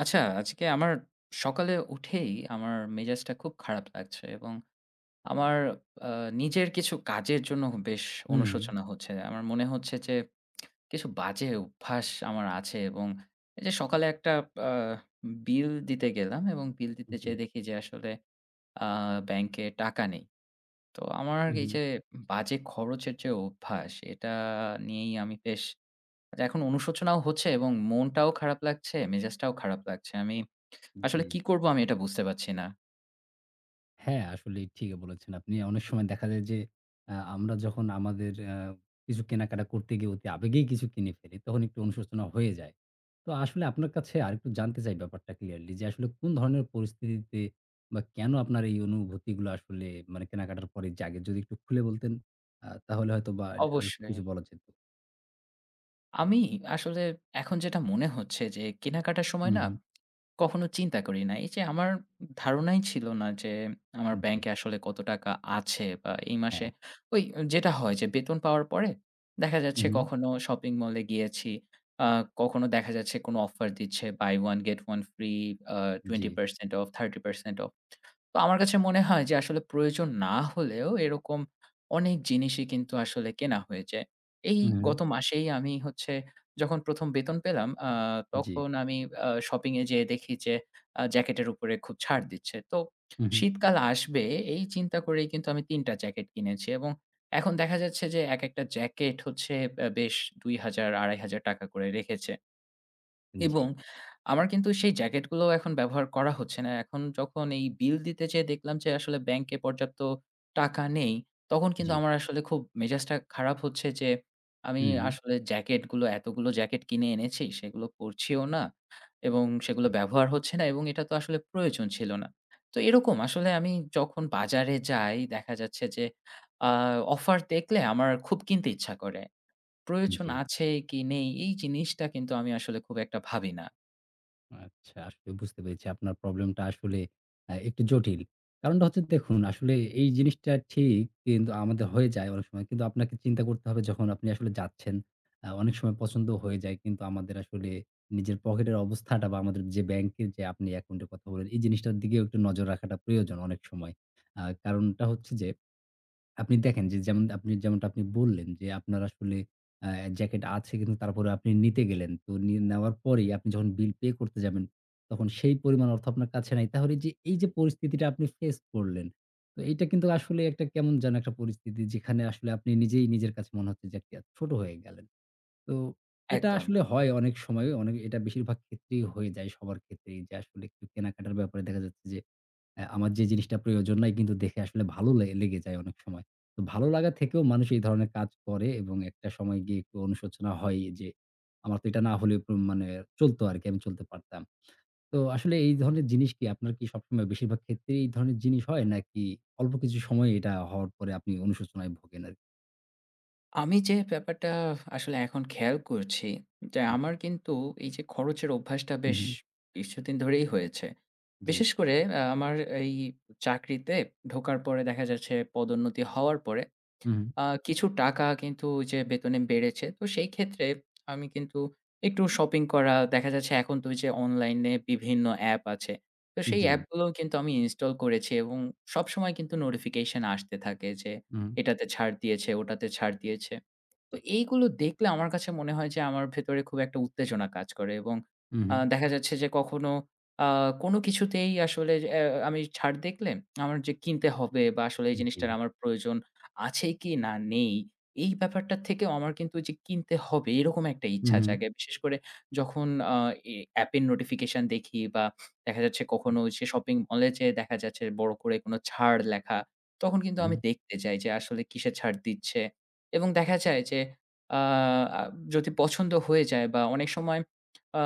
আচ্ছা, আজকে আমার সকালে উঠেই আমার মেজাজটা খুব খারাপ লাগছে এবং আমার আ নিজের কিছু কাজের জন্য বেশ হুম, অনুশোচনা হচ্ছে। আমার মনে হচ্ছে যে কিছু বাজে অভ্যাস আমার আছে এবং এই যে সকালে একটা আ বিল দিতে গেলাম, এবং বিল দিতে জি, যেয়ে দেখি যে আসলে আ ব্যাংকে টাকা নেই। তো আমার এই হুম, যে বাজে খরচের যে অভ্যাস, এটা নিয়েই আমি বেশ আজ এখন অনুশোচনাও হচ্ছে এবং মনটাও খারাপ লাগছে, মেজাজটাও খারাপ লাগছে। আমি হুম, জি। আসলে কি করবো, আমি এটা বুঝতে পারছি না। হ্যাঁ, আসলেই ঠিকই বলেছেন আপনি। অনেক সময় দেখা যায় যে আমরা যখন আমাদের কিছু কেনাকাটা করতে গিয়ে অতি আবেগেই কিছু কিনে ফেলি, তখন একটু অনুশোচনা হয়ে যায়। তো আসলে আপনার কাছে আরেকটু জানতে চাই ব্যাপারটা ক্লিয়ারলি যে আসলে কোন ধরনের পরিস্থিতিতে বা কেন আপনার এই অনুভূতিগুলো আসলে মানে কেনাকাটার পরে জাগে? যদি একটু খুলে বলতেন তাহলে হয়তোবা আর অবশ্যই। কিছু বলা যেত। জি। আমি আসলে এখন যেটা মনে হচ্ছে, যে কেনাকাটার সময় হুম, না হুম, কখনো চিন্তা করি না। এই যে আমার ধারণাই ছিল না যে আমার জি, ব্যাংকে আসলে কত টাকা আছে বা এই মাসে হ্যাঁ। ওই যেটা হয় যে বেতন পাওয়ার পরে দেখা হুম, যাচ্ছে হুম, কখনো শপিং মলে গিয়েছি। আ কখনো দেখা যাচ্ছে কোনো অফার দিচ্ছে, বাই 1 গেট 1 ফ্রি, আ জি, 20% অফ, 30% অফ। তো আমার কাছে মনে হয় যে আসলে প্রয়োজন না হলেও এরকম অনেক জিনিসই কিন্তু আসলে কেনা হয়ে যায়। এই হুম, হুম, গত মাসেই আমি হচ্ছে, যখন ১ম বেতন পেলাম, জি, তখন আমি শপিং এ যেয়ে দেখি যে জ্যাকেটের উপরে খুব ছাড় দিচ্ছে। তো হুম, হুম, শীতকাল আসবে, এই চিন্তা করেই কিন্তু আমি ৩ টা জ্যাকেট কিনেছি, এবং এখন দেখা যাচ্ছে যে একেকটা জ্যাকেট হচ্ছে বেশ ৳২,০০০, ৳২,৫০০ করে রেখেছে। জি, এবং আমার কিন্তু সেই জ্যাকেটগুলো এখন ব্যবহার করা হচ্ছে না। এখন যখন এই বিল দিতে যেয়ে দেখলাম যে আসলে ব্যাংকে পর্যাপ্ত টাকা নেই, তখন কিন্তু জি, আমার আসলে খুব মেজাজটা খারাপ হচ্ছে যে আমি হুম, হুম। আসলে জ্যাকেটগুলো এতগুলো জ্যাকেট কিনে এনেছি, সেগুলো পরছিও না এবং সেগুলো জি, ব্যবহার হচ্ছে না, এবং এটা তো আসলে প্রয়োজন ছিল না। তো এরকম আসলে আমি যখন বাজারে যাই, দেখা যাচ্ছে যে আ অফার দেখলে আমার খুব কিনতে ইচ্ছা করে। প্রয়োজন জি। আছে কি নেই, এই জিনিসটা কিন্তু আমি আসলে খুব একটা ভাবি না। আচ্ছা, আসলে বুঝতে পেরেছি আপনার প্রবলেমটা আসলে একটু জটিল। কারণটা হচ্ছে দেখুন আসলে এই জিনিসটা ঠিক কিন্তু আমাদের হয়ে যায় অনেক সময়। কিন্তু আপনাকে চিন্তা করতে হবে যখন আপনি আসলে যাচ্ছেন, অনেক সময় পছন্দ হয়ে যায় কিন্তু আমাদের আসলে নিজের পকেটের অবস্থাটা বা আমাদের যে ব্যাংকের যে আপনি অ্যাকাউন্টের কথা বললেন, এই জিনিসটার দিকেও একটু নজর রাখাটা প্রয়োজন অনেক সময়। কারণটা হচ্ছে যে আপনি দেখেন যে যেমন আপনি যেমনটা আপনি বললেন যে আপনার আসলে আ জ্যাকেট আছে কিন্তু তারপরে আপনি নিতে গেলেন। তো নিয়ে নেওয়ার পরেই আপনি যখন বিল পে করতে যাবেন, তখন সেই পরিমাণ অর্থ আপনার কাছে নাই। তাহলে যে এই যে পরিস্থিতিটা আপনি ফেস করলেন, তো এইটা কিন্তু আসলে একটা কেমন যেন একটা পরিস্থিতি যেখানে আসলে আপনি নিজেই নিজের কাছে মনে হচ্ছে যে একটা ছোট হয়ে গেলেন। তো এটা একদম। আসলে হয় অনেক সময় অনেক এটা বেশিরভাগ ক্ষেত্রেই হয়ে যায় সবার ক্ষেত্রেই যে আসলে একটু কেনাকাটার ব্যাপারে দেখা যাচ্ছে যে আমার যে জিনিসটা প্রয়োজন নাই কিন্তু দেখে আসলে ভালো লেগে যায় অনেক সময়। তো ভালো লাগা থেকেও মানুষ এই ধরনের কাজ করে এবং একটা সময় গিয়ে একটু অনুশোচনা হয় যে, আমার তো এটা না হলে মানে চলত আরকি, আমি চলতে পারতাম। তো আসলে এই ধরনের জিনিস কি আপনার কি সবসময় বেশিরভাগ ক্ষেত্রেই এই ধরনের জিনিস হয় নাকি অল্প কিছু সময় এটা হওয়ার পরে আপনি অনুশোচনায় ভোগেন আরকি? আমি যে ব্যাপারটা আসলে এখন খেয়াল করছি যে, আমার কিন্তু এই যে খরচের অভ্যাসটা হুম, বেশ হুম, কিছুদিন ধরেই হয়েছে। জি, বিশেষ করে আমার এই চাকরিতে ঢোকার পরে, দেখা যাচ্ছে পদোন্নতি হওয়ার পরে হুম, আ কিছু টাকা কিন্তু ওই যে বেতনে বেড়েছে। তো সেই ক্ষেত্রে আমি কিন্তু একটু শপিং করা, দেখা যাচ্ছে এখন তো ওই যে অনলাইনে বিভিন্ন অ্যাপ আছে। তো হুম, সেই জি, অ্যাপগুলোও কিন্তু আমি ইনস্টল করেছি, এবং সবসময় কিন্তু নোটিফিকেশন আসতে থাকে যে হুম, এটাতে ছাড় দিয়েছে, ওটাতে ছাড় দিয়েছে। তো এইগুলো দেখলে আমার কাছে মনে হয় যে আমার ভেতরে খুব একটা উত্তেজনা কাজ করে, এবং হুম, দেখা যাচ্ছে যে কখনো আ কোনো কিছুতেই আসলে যে আমি ছাড় দেখলে, আমার যে কিনতে হবে বা আসলে এই হুম, জি, জিনিসটার আমার প্রয়োজন আছে কি না নেই, এই ব্যাপারটা থেকেও আমার কিন্তু ওই যে কিনতে হবে এরকম একটা হুম, ইচ্ছা হুম, জাগে। বিশেষ করে যখন আ অ্যাপের নোটিফিকেশন দেখি, বা দেখা যাচ্ছে কখনো ওই যে শপিং মলে যেয়ে দেখা যাচ্ছে বড় করে কোনো ছাড় লেখা, তখন কিন্তু আমি হুম, দেখতে যাই যে আসলে কিসে ছাড় দিচ্ছে। এবং দেখা যায় যে আ আ যদি পছন্দ হয়ে যায় বা অনেক সময় আ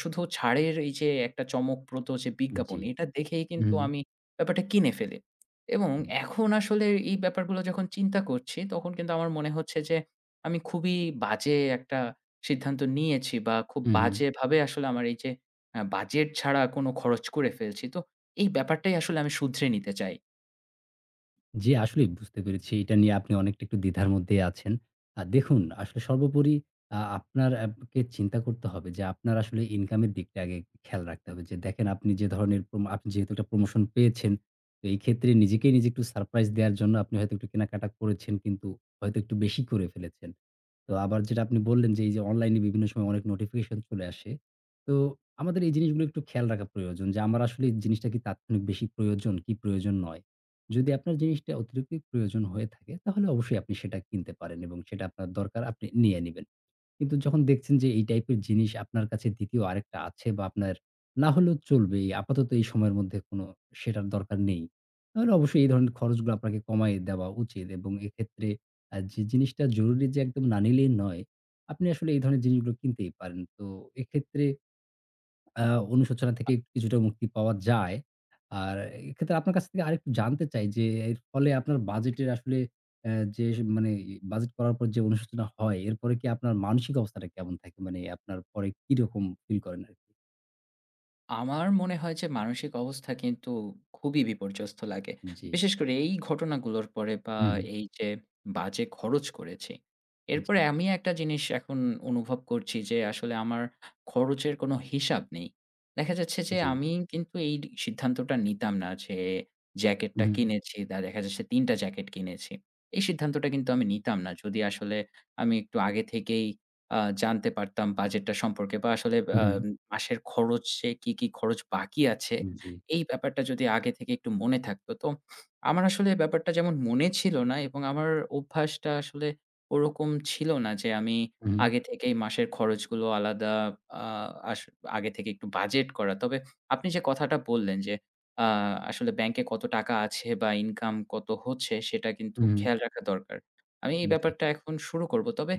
শুধু ছাড়ের এই যে একটা চমকপ্রদ যে বিজ্ঞাপন, জি, এটা দেখেই হুম, কিন্তু হুম, আমি ব্যাপারটা কিনে ফেলি। এবং এখন আসলে এই ব্যাপারগুলো যখন চিন্তা করছি, তখন কিন্তু আমার মনে হচ্ছে যে আমি খুবই বাজে একটা সিদ্ধান্ত নিয়েছি, বা খুব হুম, হুম। বাজেভাবে আসলে আমার এই যে বাজেট ছাড়া কোনো খরচ করে ফেলছি। তো এই ব্যাপারটাই আসলে আমি শুধরে নিতে চাই। জি, আসলেই বুঝতে পেরেছি। এটা নিয়ে আপনি অনেকটা একটু দ্বিধার মধ্যেই আছেন। দেখুন আসলে সর্বোপরি আপনার কে চিন্তা করতে হবে যে আপনার আসলে ইনকামের দিকটা আগে খেয়াল রাখতে হবে। যে দেখেন আপনি যে ধরনের আপনি যেহেতু একটা প্রমোশন পেয়েছেন, তো এই ক্ষেত্রে নিজেকেই নিজে একটু সারপ্রাইজ দেয়ার জন্য আপনি হয়তো একটু কেনাকাটা করেছেন কিন্তু হয়তো একটু বেশি করে ফেলেছেন। তো আবার যেটা আপনি বললেন যে এই যে অনলাইনে বিভিন্ন সময় অনেক নোটিফিকেশন চলে আসে। তো আমাদের এই জিনিসগুলো একটু খেয়াল রাখা প্রয়োজন যে আমার আসলে এই জিনিসটা কি তাৎক্ষণিক বেশি প্রয়োজন, কি প্রয়োজন নয়। যদি আপনার জিনিসটা অতিরিক্ত প্রয়োজন হয়ে থাকে তাহলে অবশ্যই আপনি সেটা কিনতে পারেন এবং সেটা আপনার দরকার আপনি নিয়ে নিবেন। কিন্তু যখন দেখছেন যে এই টাইপের জিনিস আপনার কাছে ২য় আরেকটা আছে বা আপনার না হলেও চলবে এই আপাতত এই সময়ের মধ্যে কোনো সেটার দরকার নেই। তাহলে অবশ্যই এই ধরনের খরচগুলো আপনাকে কমায় দেওয়া উচিত এবং এক্ষেত্রে যে জিনিসটা জরুরি যে একদম না নিলেই নয়, আপনি আসলে এই ধরনের জিনিসগুলো কিনতেই পারেন। তো এক্ষেত্রে আ অনুশোচনা থেকে কিছুটা মুক্তি পাওয়া যায়। আর এক্ষেত্রে আপনার কাছ থেকে আরেকটু জানতে চাই যে এর ফলে আপনার বাজেটের আসলে যে মানে বাজেট করার পর যে অনুশোচনা হয়, এরপরে কি আপনার মানসিক অবস্থাটা কেমন থাকে? মানে আপনার পরে কিরকম ফিল করেন আরকি? আমার মনে হয় যে মানসিক অবস্থা কিন্তু খুবই বিপর্যস্ত লাগে। জি। বিশেষ করে এই ঘটনাগুলোর পরে, বা হু, হু। এই যে বাজে খরচ করেছি। জি, এরপরে আমি একটা জিনিস এখন অনুভব করছি যে আসলে আমার খরচের কোনো হিসাব নেই। দেখা যাচ্ছে যে জি। আমি কিন্তু এই সিদ্ধান্তটা নিতাম না যে জ্যাকেটটা হু, কিনেছি, দেখা যাচ্ছে ৩ টা জ্যাকেট কিনেছি। এই সিদ্ধান্তটা কিন্তু আমি নিতাম না, যদি আসলে আমি একটু আগে থেকেই জানতে পারতাম বাজেটটা সম্পর্কে, বা আসলে হু, মাসের খরচে কি, কি খরচ বাকি আছে, হু, জি। এই ব্যাপারটা যদি আগে থেকে একটু মনে থাকতো। তো আমার আসলে ব্যাপারটা যেমন মনে ছিল না, এবং আমার অভ্যাসটা আসলে ওরকম ছিল না যে, আমি হু, আগে থেকেই মাসের খরচগুলো আলাদা আ আস আগে থেকে একটু বাজেট করা। তবে আপনি যে কথাটা বললেন যে, আ আসলে ব্যাংকে কত টাকা আছে বা ইনকাম কত হচ্ছে, সেটা কিন্তু খেয়াল রাখা দরকার। আমি হু, এই জি। ব্যাপারটা এখন শুরু করব। তবে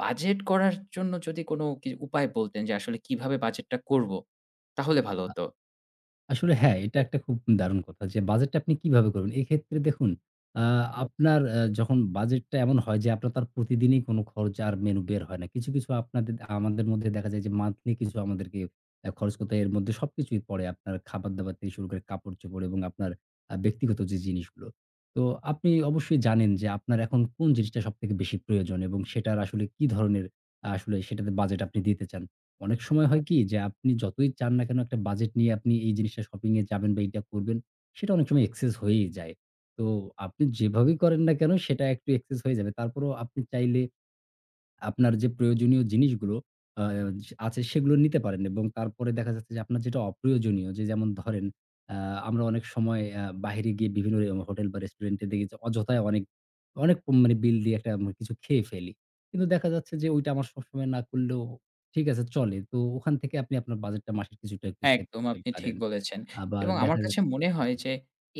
বাজেট করার জন্য যদি কোনো কি উপায় বলতেন যে আসলে কিভাবে বাজেটটা করব? তাহলে ভালো হতো। আসলে হ্যাঁ, এটা একটা খুব দারুণ কথা যে বাজেটটা আপনি কিভাবে করবেন? এক্ষেত্রে দেখুন আ আপনার যখন বাজেটটা এমন হয় যে আপনার তার প্রতিদিনই কোনো খরচ আর মেনু বের হয় না। কিছু, কিছু আপনাদের আমাদের মধ্যে দেখা যায় যে মান্থলি কিছু আমাদেরকে খরচ করতে হয়। এর মধ্যে সবকিছুই পড়ে। আপনার খাবার-দাবার থেকে শুরু করে কাপড়-চোপড় এবং আপনার ব্যক্তিগত যে জিনিসগুলো। তো আপনি অবশ্যই জানেন যে আপনার এখন কোন জিনিসটা সবথেকে বেশি প্রয়োজন এবং সেটার আসলে কি ধরনের আসলে সেটাতে বাজেট আপনি দিতে চান। অনেক সময় হয় কি যে আপনি যতই চান না কেন একটা বাজেট নিয়ে আপনি এই জিনিসটা শপিং এ যাবেন বা এইটা করবেন, সেটা অনেক সময় এক্সেস হয়েই যায়। তো আপনি যেভাবেই করেন না কেন সেটা একটু এক্সেস হয়ে যাবে। তারপরেও আপনি চাইলে আপনার যে প্রয়োজনীয় জিনিসগুলো আ আছে সেগুলো নিতে পারেন এবং তারপরে দেখা যাচ্ছে যে আপনার যেটা অপ্রয়োজনীয় যে যেমন ধরেন আ আমরা অনেক সময় বাহিরে গিয়ে বিভিন্ন হোটেল বা রেস্টুরেন্টে দেখি যে অযথায় অনেক, অনেক মানে বিল দিয়ে একটা আমরা কিছু খেয়ে ফেলি। কিন্তু দেখা যাচ্ছে যে ওইটা আমার সবসময় না করলেও ঠিক আছে চলে। তো ওখান থেকে আপনি আপনার বাজেটটা মাসের কিছুটা একটু সেভ একদম করতে আপনি ঠিক পারেন। বলেছেন। আবার এবং আমার দেখা কাছে মনে যাচ্ছে হয় জি, যে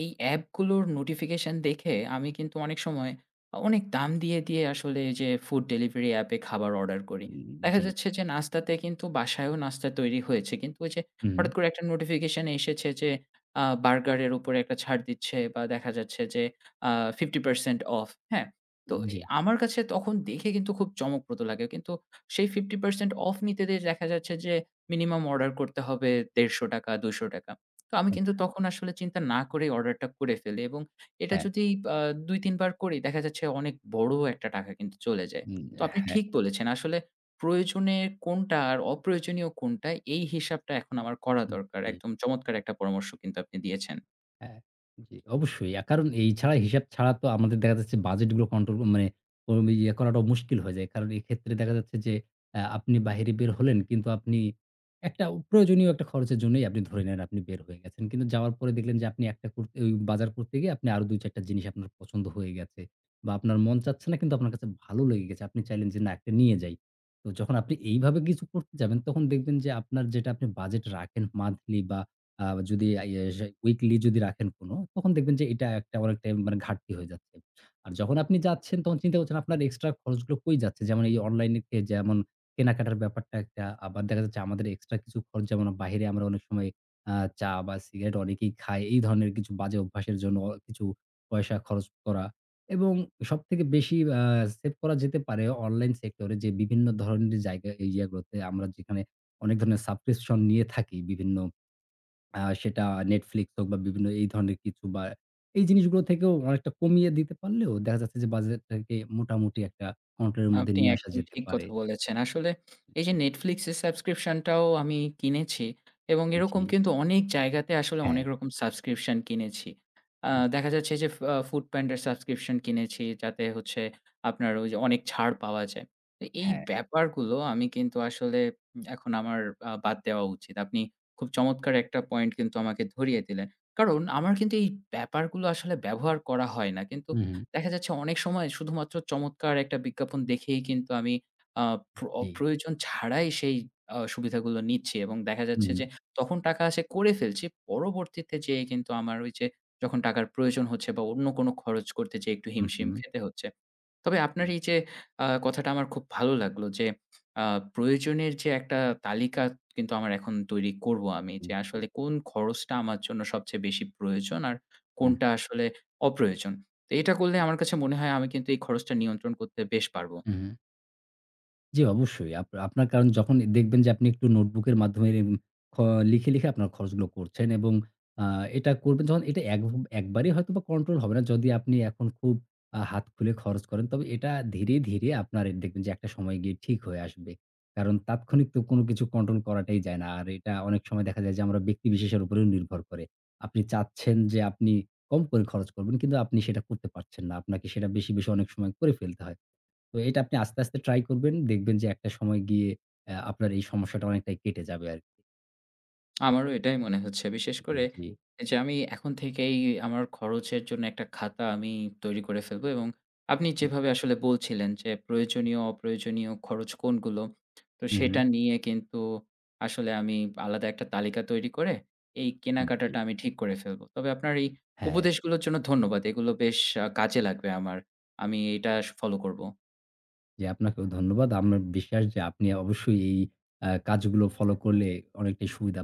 এই অ্যাপগুলোর নোটিফিকেশন দেখে আমি কিন্তু অনেক সময় অনেক দাম দিয়ে আসলে এই যে ফুড ডেলিভারি অ্যাপে খাবার অর্ডার করি। উম, দেখা জি, যাচ্ছে যে নাস্তাতে কিন্তু বাসায়ও নাস্তা তৈরি হয়েছে। কিন্তু ওই যে হুম, হঠাৎ করে একটা নোটিফিকেশন এসেছে যে বার্গারের উপরে একটা ছাড় দিচ্ছে, বা দেখা যাচ্ছে যে আ 50% অফ, হ্যাঁ? তো জি, আমার কাছে তখন দেখে কিন্তু খুব চমকপ্রদ লাগে। কিন্তু সেই 50% অফ নিতে যেয়ে দেখা যাচ্ছে যে মিনিমাম অর্ডার করতে হবে ৳১৫০, ৳২০০। তো আমি কিন্তু আচ্ছা তখন আসলে চিন্তা না করেই অর্ডারটা করে ফেলি, এবং এটা হ্যাঁ, যদি আ ২-৩ বার করি, দেখা যাচ্ছে অনেক বড় একটা টাকা কিন্তু চলে যায়। উম তো আপনি হ্যাঁ, ঠিক বলেছেন। আসলে প্রয়োজনের কোনটা আর অপ্রয়োজনীয় কোনটা, এই হিসাবটা এখন আমার করা দরকার। জি। একদম চমৎকার একটা পরামর্শ কিন্তু আপনি দিয়েছেন। হ্যাঁ, জি অবশ্যই। কারণ এই ছাড়া হিসাব ছাড়া তো আমাদের দেখা যাচ্ছে বাজেটগুলো কন্ট্রোল মানে ও ইয়ে করাটাও মুশকিল হয়ে যায়। কারণ এক্ষেত্রে দেখা যাচ্ছে যে আপনি বাহিরে বের হলেন কিন্তু আপনি একটা প্রয়োজনীয় একটা খরচের জন্যই আপনি ধরে নেন আপনি বের হয়ে গেছেন। কিন্তু যাওয়ার পরে দেখলেন যে আপনি একটা করতে ওই বাজার করতে গিয়ে আপনি আরো ২-৪ টা জিনিস আপনার পছন্দ হয়ে গেছে বা আপনার মন চাচ্ছে না কিন্তু আপনার কাছে ভালো লেগে গেছে। আপনি চাইলেন যে না একটা নিয়ে যাই। তো যখন আপনি এইভাবে কিছু করতে যাবেন তখন দেখবেন যে আপনার যেটা আপনি বাজেট রাখেন মান্থলি বা আ যদি ইয়ে সে উইকলি যদি রাখেন কোনো, তখন দেখবেন যে এটা একটা অনেকটাই মানে ঘাটতি হয়ে যাচ্ছে। আর যখন আপনি যাচ্ছেন তখন চিন্তা করছেন আপনার এক্সট্রা খরচগুলো কই যাচ্ছে? যেমন এই অনলাইনে কে যেমন কেনাকাটার ব্যাপারটা একটা, আবার দেখা যাচ্ছে আমাদের এক্সট্রা কিছু খরচ যেমন বাহিরে আমরা অনেক সময় আ চা বা সিগারেট অনেকেই খাই। এই ধরনের কিছু বাজে অভ্যাসের জন্য কিছু পয়সা খরচ করা এবং সবথেকে বেশি সেভ করা যেতে পারে অনলাইন সেক্টরে যে বিভিন্ন ধরনের জায়গা এই ইয়েগুলোতে আমরা যেখানে অনেক ধরনের সাবস্ক্রিপশন নিয়ে থাকি বিভিন্ন সেটা Netflix হোক বা বিভিন্ন এই ধরনের কিছু বা এই জিনিসগুলো থেকেও অনেকটা কমিয়ে দিতে পারলেও দেখা যাচ্ছে যে বাজেটটাকে মোটামুটি একটা কন্ট্রোলের মধ্যে আপনি নিয়ে আসা একদম যেতে ঠিক পারে। কথা বলেছেন। আসলে এই যে Netflix এর সাবস্ক্রিপশন টাও আমি কিনেছি, এবং জি, এরকম কিন্তু অনেক জায়গাতে আসলে হ্যাঁ, অনেক রকম সাবস্ক্রিপশন কিনেছি। জি, দেখা যাচ্ছে যে ফ আ Foodpanda র সাবস্ক্রিপশন কিনেছি, যাতে হচ্ছে আপনার ওই যে অনেক ছাড় পাওয়া যায়। তো এই হ্যাঁ। ব্যাপারগুলো আমি কিন্তু আসলে এখন আমার বাদ দেওয়া উচিত। আপনি খুব চমৎকার একটা পয়েন্ট কিন্তু আমাকে ধরিয়ে দিলেন। কারণ আমার হু, কিন্তু এই ব্যাপারগুলো আসলে ব্যবহার করা হয় না। কিন্তু হুম, দেখা যাচ্ছে অনেক সময় শুধুমাত্র চমৎকার একটা বিজ্ঞাপন দেখেই কিন্তু আমি আ জি। প্রয়োজন ছাড়াই সেই সুবিধাগুলো নিচ্ছি, এবং দেখা হু, যাচ্ছে হুম, যে তখন টাকা আসে করে ফেলছি। পরবর্তীতে যেয়ে কিন্তু আমার ওই যে যখন টাকার প্রয়োজন হচ্ছে, বা অন্য কোনো খরচ করতে যেয়ে একটু হু, হিমশিম হুম, খেতে হচ্ছে। তবে আপনার জি, এই যে কথাটা আমার খুব ভালো লাগলো, যে আ প্রয়োজনের যে একটা তালিকা কিন্তু আমার এখন তৈরি করব আমি, যে জি, আসলে কোন খরচটা আমার জন্য সবচেয়ে বেশি প্রয়োজন আর হুম, কোনটা আসলে অপ্রয়োজন। তো এটা করলে আমার কাছে মনে হয় আমি কিন্তু এই খরচটা নিয়ন্ত্রণ করতে বেশ পারবো। হুম। জি, অবশ্যই। আপনার কারণ যখন দেখবেন যে আপনি একটু নোটবুকের মাধ্যমে এরম খ লিখে, লিখে আপনার খরচগুলো করছেন এবং আ এটা করবেন যখন এটা একবারেই হয়তোবা কন্ট্রোল হবে না। যদি আপনি এখন খুব হাত খুলে খরচ করেন। তবে এটা ধীরে, ধীরে আপনার দেখবেন যে একটা সময় গিয়ে ঠিক হয়ে আসবে। কারণ তাৎক্ষণিক তো কোনো কিছু কন্ট্রোল করাটাই যায় না। আর এটা অনেক সময় দেখা যায় যে আমরা ব্যক্তি বিশেষের উপরেও নির্ভর করে। আপনি চাচ্ছেন যে আপনি কম করে খরচ করবেন কিন্তু আপনি সেটা করতে পারছেন না। আপনাকে সেটা বেশি, বেশি অনেক সময় করে ফেলতে হয়। তো এটা আপনি আস্তে, আস্তে ট্রাই করবেন। দেখবেন যে একটা সময় গিয়ে আপনার এই সমস্যাটা অনেকটাই কেটে যাবে আরকি। আমারও এটাই মনে হচ্ছে। বিশেষ করে জি, যে আমি এখন থেকেই আমার খরচের জন্য একটা খাতা আমি তৈরি করে ফেলবো, এবং আপনি জি। যেভাবে আসলে বলছিলেন যে প্রয়োজনীয়, অপ্রয়োজনীয় খরচ কোনগুলো? তো হু, হু। সেটা নিয়ে কিন্তু আসলে আমি আলাদা একটা তালিকা তৈরি করে এই জি। কেনাকাটাটা আমি ঠিক করে ফেলবো। তবে আপনার এই হ্যাঁ, উপদেশগুলোর জন্য ধন্যবাদ। এগুলো বেশ কাজে লাগবে আমার। আমি এটা ফলো করব। জি আপনাকেও ধন্যবাদ। আমার বিশ্বাস যে আপনি অবশ্যই এই কাজগুলো ফলো করলে অনেকটাই সুবিধা